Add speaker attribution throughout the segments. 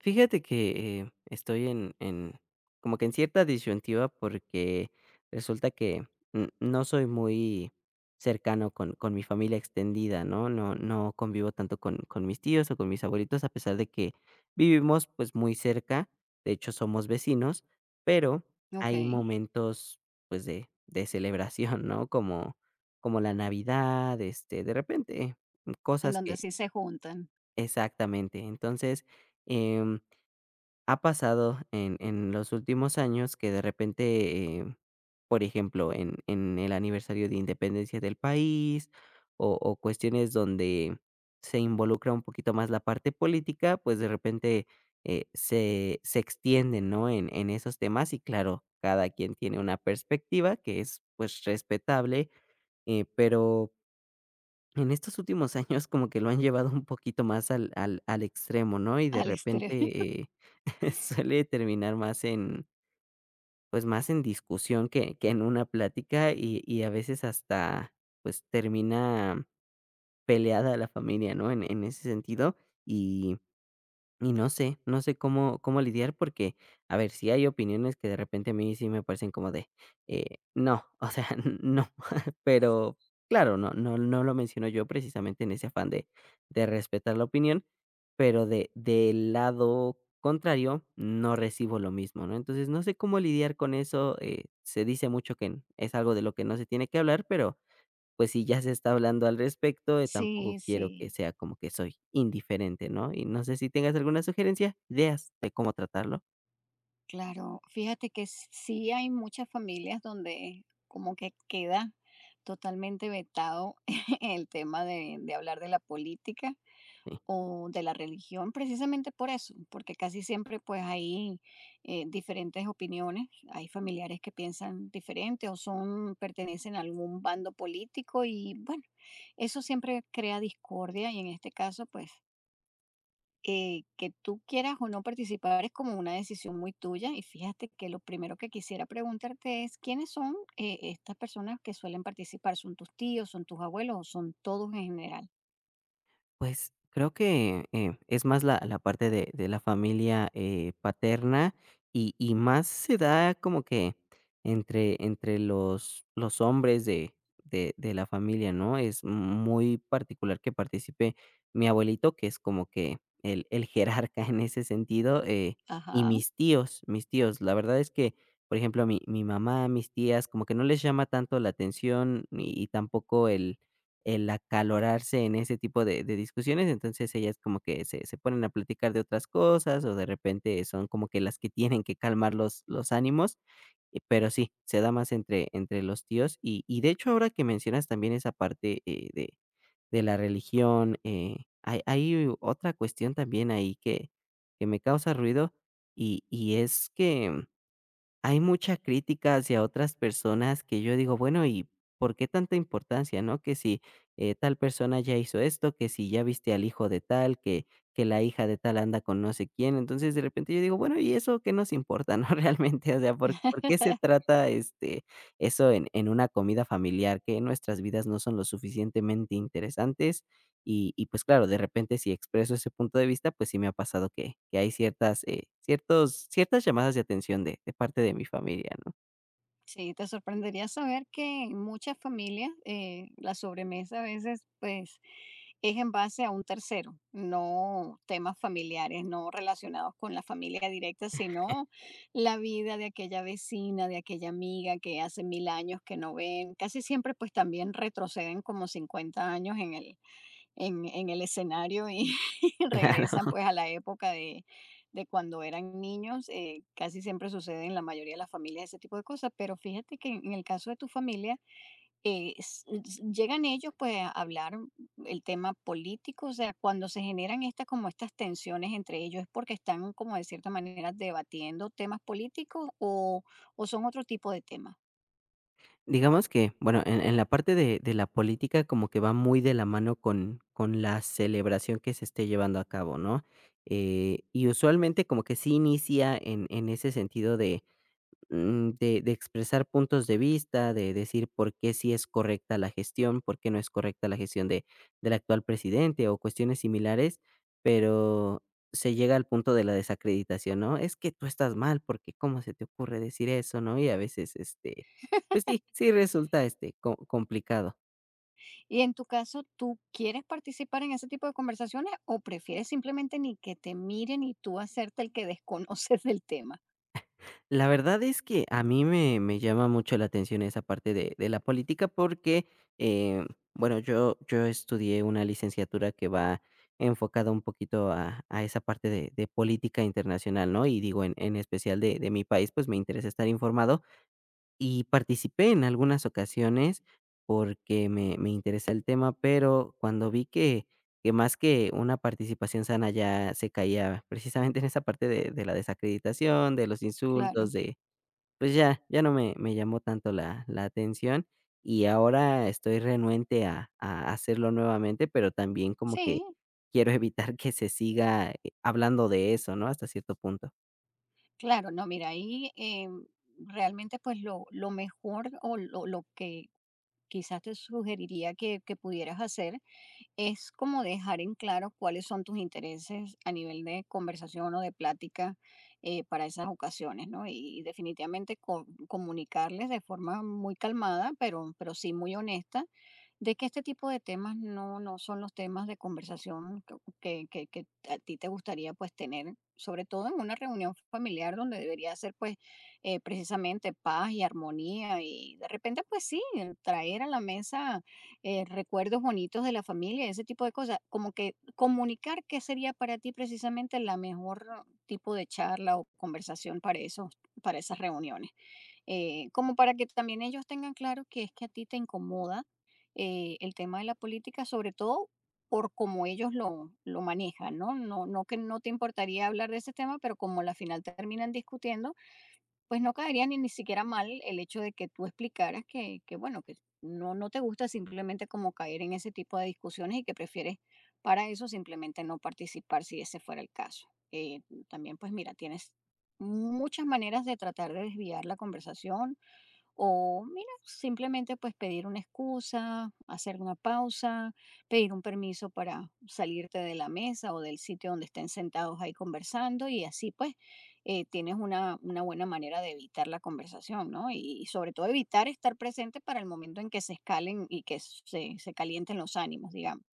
Speaker 1: Fíjate que, estoy en como que en cierta disyuntiva porque resulta que, no soy muy cercano con mi familia extendida, ¿no? No convivo tanto con mis tíos o con mis abuelitos, a pesar de que vivimos, pues, muy cerca, de hecho, somos vecinos, pero hay
Speaker 2: Okey,
Speaker 1: momentos, pues, de celebración, ¿no? Como como la Navidad, este, de repente,
Speaker 2: en
Speaker 1: cosas que
Speaker 2: donde sí se juntan
Speaker 1: exactamente. Entonces, em ha pasado en los últimos años que de repente, por ejemplo, en el aniversario de independencia del país, o cuestiones donde se involucra un poquito más la parte política, pues, de repente, se extienden, ¿no?, en esos temas y claro, cada quien tiene una perspectiva que es, pues, respetable, pero en estos últimos años como que lo han llevado un poquito más al extremo, ¿no? Y de
Speaker 2: al exterior.
Speaker 1: repente, suele terminar más en, pues, más en discusión que en una plática y a veces hasta, pues, termina peleada la familia, ¿no? En ese sentido, y y no sé, no sé cómo lidiar porque, a ver, si hay opiniones que de repente a mí sí me parecen como de, no, o sea, no pero claro, no lo menciono yo precisamente en ese afán de respetar la opinión, pero de del lado contrario no recibo lo mismo, ¿no? Entonces, no sé cómo lidiar con eso, se dice mucho que n es algo de lo que no se tiene que hablar, pero, pues, si ya se está hablando al respecto, tampoco
Speaker 2: Sí,
Speaker 1: quiero que
Speaker 2: sí,
Speaker 1: sea como que soy indiferente, ¿no? Y no sé si tengas alguna sugerencia, ideas de cómo tratarlo.
Speaker 2: claro. Fíjate que sí hay muchas familias donde como que queda totalmente vetado el tema de hablar de la política o de la religión, precisamente por eso, porque casi siempre, pues, hay diferentes opiniones. Hay familiares que piensan diferente o son pertenecen a algún bando político y, bueno, eso siempre crea discordia y en este caso, pues, que tú quieras o no participar es como una decisión muy tuya y fíjate que lo primero que quisiera preguntarte es quiénes son estas personas que suelen participar, ¿son tus tíos, son tus abuelos o son todos en general?
Speaker 1: Pues creo que, es más la parte de la familia, paterna y más se da como que entre los hombres de la familia, ¿no? Es muy particular que participe mi abuelito, que es como que el jerarca en ese sentido, y
Speaker 2: Ajá.
Speaker 1: mis tíos, mis tíos. La verdad es que, por ejemplo, mi mamá, mis tías, como que no les llama tanto la atención y tampoco el acalorarse en ese tipo de discusiones, entonces ellas como que se ponen a platicar de otras cosas, o de repente son como que las que tienen que calmar los ánimos, pero sí, se da más entre los tíos. Y de hecho, ahora que mencionas también esa parte, de la religión, hay otra cuestión también ahí que me causa ruido, y es que hay mucha crítica hacia otras personas que yo digo, bueno, ¿y por qué tanta importancia, no? Que si tal persona ya hizo esto, que si ya viste al hijo de tal, que la hija de tal anda con no sé quién. Entonces, de repente yo digo, bueno, ¿y eso qué nos importa, no? Realmente, o sea, por qué se trata este, eso en una comida familiar? Que nuestras vidas no son lo suficientemente interesantes y pues claro, de repente, si expreso ese punto de vista, pues sí me ha pasado que hay ciertas, ciertos ciertas llamadas de atención de parte de mi familia, ¿no?
Speaker 2: Sí, te sorprendería saber que en muchas familias la sobremesa a veces pues es en base a un tercero, no temas familiares, no relacionados con la familia directa, sino la vida de aquella vecina, de aquella amiga que hace 1000 años que no ven. Casi siempre pues también retroceden como 50 años en el escenario y regresan
Speaker 1: Claro.
Speaker 2: pues a la época de cuando eran niños. Casi siempre sucede en la mayoría de las familias ese tipo de cosas, pero fíjate que en el caso de tu familia, llegan ellos pues a hablar el tema político. O sea, cuando se generan estas como estas tensiones entre ellos, ¿es porque están como de cierta manera debatiendo temas políticos o son otro tipo de temas?
Speaker 1: Digamos que, bueno, en la parte de la política como que va muy de la mano con la celebración que se esté llevando a cabo, ¿no? Y usualmente como que sí inicia en ese sentido de de expresar puntos de vista, de decir por qué sí es correcta la gestión, por qué no es correcta la gestión de, del actual presidente o cuestiones similares, pero se llega al punto de la desacreditación, ¿no? Es que tú estás mal, porque cómo se te ocurre decir eso, ¿no? Y a veces, este, pues sí, sí resulta este complicado.
Speaker 2: Y en tu caso, ¿tú quieres participar en ese tipo de conversaciones o prefieres simplemente ni que te miren y tú hacerte el que desconoces del tema?
Speaker 1: La verdad es que a mí me, me llama mucho la atención esa parte de la política porque, eh, bueno, yo estudié una licenciatura que va enfocada un poquito a esa parte de política internacional, ¿no? Y digo, en especial de mi país, pues me interesa estar informado y participé en algunas ocasiones porque me interesa el tema, pero cuando vi que más que una participación sana ya se caía precisamente en esa parte de la desacreditación, de los insultos,
Speaker 2: Claro,
Speaker 1: de, pues ya, ya no me llamó tanto la atención, y ahora estoy renuente a hacerlo nuevamente, pero también como que
Speaker 2: sí,
Speaker 1: quiero evitar que se siga, hablando de eso, ¿no? Hasta cierto punto.
Speaker 2: claro, no, mira, ahí realmente pues lo mejor o lo que quizás te sugeriría que pudieras hacer es como dejar en claro cuáles son tus intereses a nivel de conversación o de plática para esas ocasiones, ¿no? Y definitivamente comunicarles de forma muy calmada, pero sí muy honesta de que este tipo de temas no son los temas de conversación que a ti te gustaría pues tener, sobre todo en una reunión familiar donde debería ser pues precisamente paz y armonía y de repente pues sí, el traer a la mesa recuerdos bonitos de la familia, ese tipo de cosas, como que comunicar qué sería para ti precisamente la mejor tipo de charla o conversación para esas reuniones, como para que también ellos tengan claro que es que a ti te incomoda el tema de la política, sobre todo por cómo ellos lo manejan, ¿no? No, no que no te importaría hablar de ese tema, pero como la final terminan discutiendo, pues no caería ni siquiera mal el hecho de que tú explicaras que bueno, que no te gusta simplemente como caer en ese tipo de discusiones y que prefieres para eso simplemente no participar si ese fuera el caso. Eh, También, pues mira, tienes muchas maneras de tratar de desviar la conversación o mira, simplemente pues pedir una excusa, hacer una pausa, pedir un permiso para salirte de la mesa o del sitio donde estén sentados ahí conversando y así pues tienes una buena manera de evitar la conversación, ¿no? Y, sobre todo evitar estar presente para el momento en que se escalen y que se calienten los ánimos, digamos.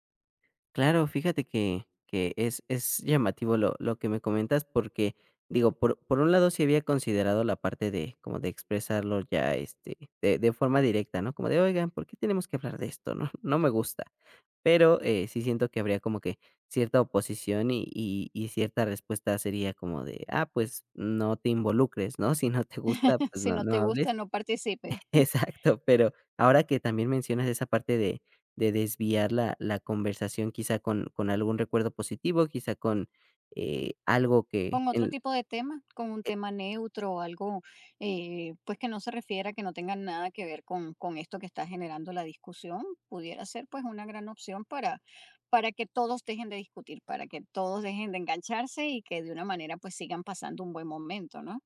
Speaker 1: Claro, fíjate que es llamativo lo que me comentas porque, digo, por un lado, sí había considerado la parte de como de expresarlo ya, este, de forma directa, ¿no? Como de: "Oigan, ¿por qué tenemos que hablar de esto?", ¿no? No me gusta. Pero, sí siento que habría como que cierta oposición y cierta respuesta sería como de: "Ah, pues no te involucres", ¿no? Si no te gusta, pues
Speaker 2: Si
Speaker 1: no
Speaker 2: no
Speaker 1: no
Speaker 2: te gusta,
Speaker 1: hables.
Speaker 2: no participes.
Speaker 1: Exacto, pero ahora que también mencionas esa parte de desviar la conversación, quizá con algún recuerdo positivo, quizá con, algo que
Speaker 2: Con otro
Speaker 1: el
Speaker 2: tipo de tema, con un tema neutro o algo pues que no se refiera, que no tenga nada que ver con esto que está generando la discusión, pudiera ser pues una gran opción para que todos dejen de discutir, para que todos dejen de engancharse y que de una manera pues sigan pasando un buen momento, ¿no?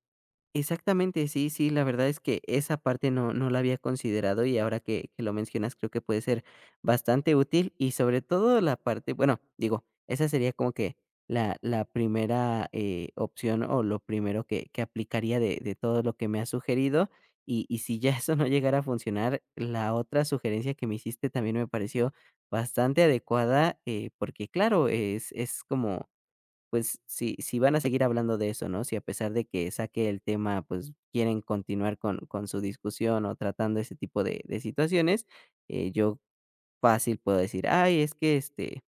Speaker 1: Exactamente, sí, sí, la verdad es que esa parte no, no la había considerado y ahora que lo mencionas creo que puede ser bastante útil y sobre todo la parte, bueno, digo, esa sería como que la primera opción o lo primero que aplicaría de todo lo que me has sugerido y si ya eso no llegara a funcionar, la otra sugerencia que me hiciste también me pareció bastante adecuada porque claro, es como pues, si van a seguir hablando de eso, ¿no? Si a pesar de que saque el tema, pues, quieren continuar con su discusión o tratando ese tipo de situaciones, yo fácil puedo decir: "Ay, es que, este,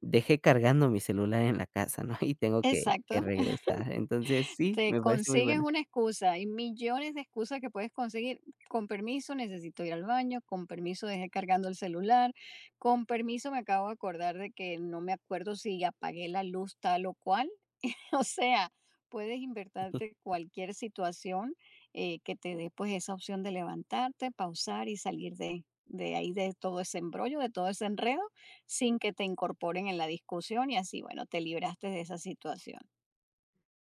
Speaker 1: dejé cargando mi celular en la casa", ¿no? Y tengo que
Speaker 2: Exacto.
Speaker 1: regresar. Entonces, sí,
Speaker 2: Te
Speaker 1: me parece muy
Speaker 2: consigues
Speaker 1: buena.
Speaker 2: una excusa, hay millones de excusas que puedes conseguir. Con permiso, necesito ir al baño, con permiso, dejé cargando el celular, con permiso, me acabo de acordar de que no me acuerdo si apagué la luz tal o cual. O sea, puedes inventarte cualquier situación que te dé pues esa opción de levantarte, pausar y salir de ahí, de todo ese embrollo, de todo ese enredo, sin que te incorporen en la discusión y así, bueno, te libraste de esa situación.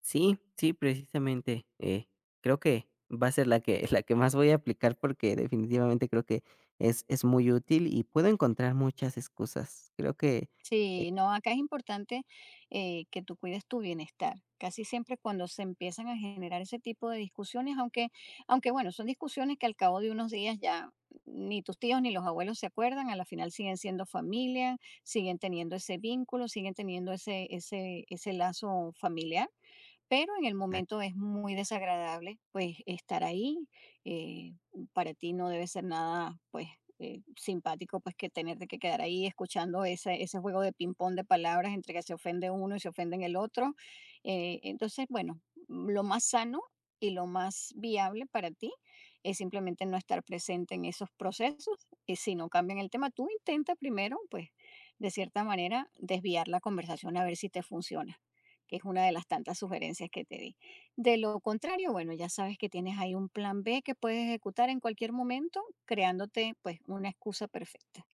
Speaker 1: Sí, sí, precisamente, creo que va a ser la que la que más voy a aplicar porque definitivamente creo que es muy útil y puedo encontrar muchas excusas. Creo que
Speaker 2: Sí, no, acá es importante que tú cuides tu bienestar. Casi siempre cuando se empiezan a generar ese tipo de discusiones, aunque bueno, son discusiones que al cabo de unos días ya ni tus tíos ni los abuelos se acuerdan, a la final siguen siendo familia, siguen teniendo ese vínculo, siguen teniendo ese lazo familiar pero en el momento es muy desagradable, pues, estar ahí, eh, para ti no debe ser nada, pues, simpático, pues, que tenerte que quedar ahí escuchando ese juego de ping-pong de palabras entre que se ofende uno y se ofenden el otro, entonces, bueno, lo más sano y lo más viable para ti es simplemente no estar presente en esos procesos, y si no cambian el tema, tú intenta primero, pues, de cierta manera, desviar la conversación a ver si te funciona que es una de las tantas sugerencias que te di. De lo contrario, bueno, ya sabes que tienes ahí un plan B que puedes ejecutar en cualquier momento, creándote pues una excusa perfecta.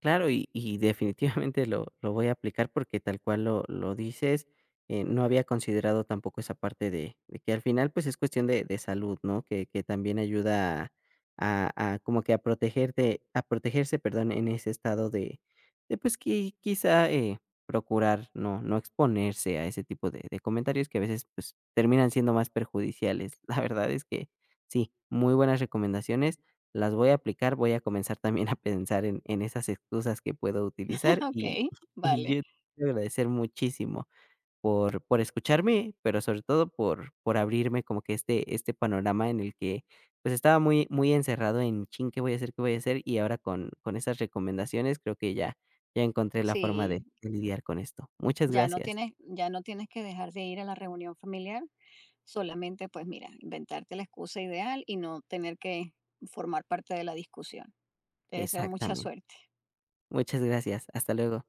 Speaker 1: Claro, y definitivamente lo voy a aplicar porque tal cual lo dices, no había considerado tampoco esa parte de que al final, pues, es cuestión de salud, ¿no? Que también ayuda a como que a protegerte a protegerse, perdón, en ese estado de, pues, que quizá, procurar no exponerse a ese tipo de comentarios que a veces, pues, terminan siendo más perjudiciales. La verdad es que sí, muy buenas recomendaciones. Las voy a aplicar, voy a comenzar también a pensar en esas excusas que puedo utilizar y
Speaker 2: Ok,
Speaker 1: y
Speaker 2: vale.
Speaker 1: yo te quiero agradecer muchísimo por escucharme, pero sobre todo por abrirme como que este panorama en el que, pues, estaba muy muy encerrado en: "Chin, ¿qué voy a hacer? ¿Qué voy a hacer?". Y ahora con esas recomendaciones creo que ya ya encontré la forma
Speaker 2: Sí,
Speaker 1: de lidiar con esto. Muchas gracias.
Speaker 2: ya no tienes que dejar de ir a la reunión familiar, solamente pues mira, inventarte la excusa ideal y no tener que formar parte de la discusión. Te deseo mucha
Speaker 1: Exactamente.
Speaker 2: suerte.
Speaker 1: Muchas gracias. Hasta luego.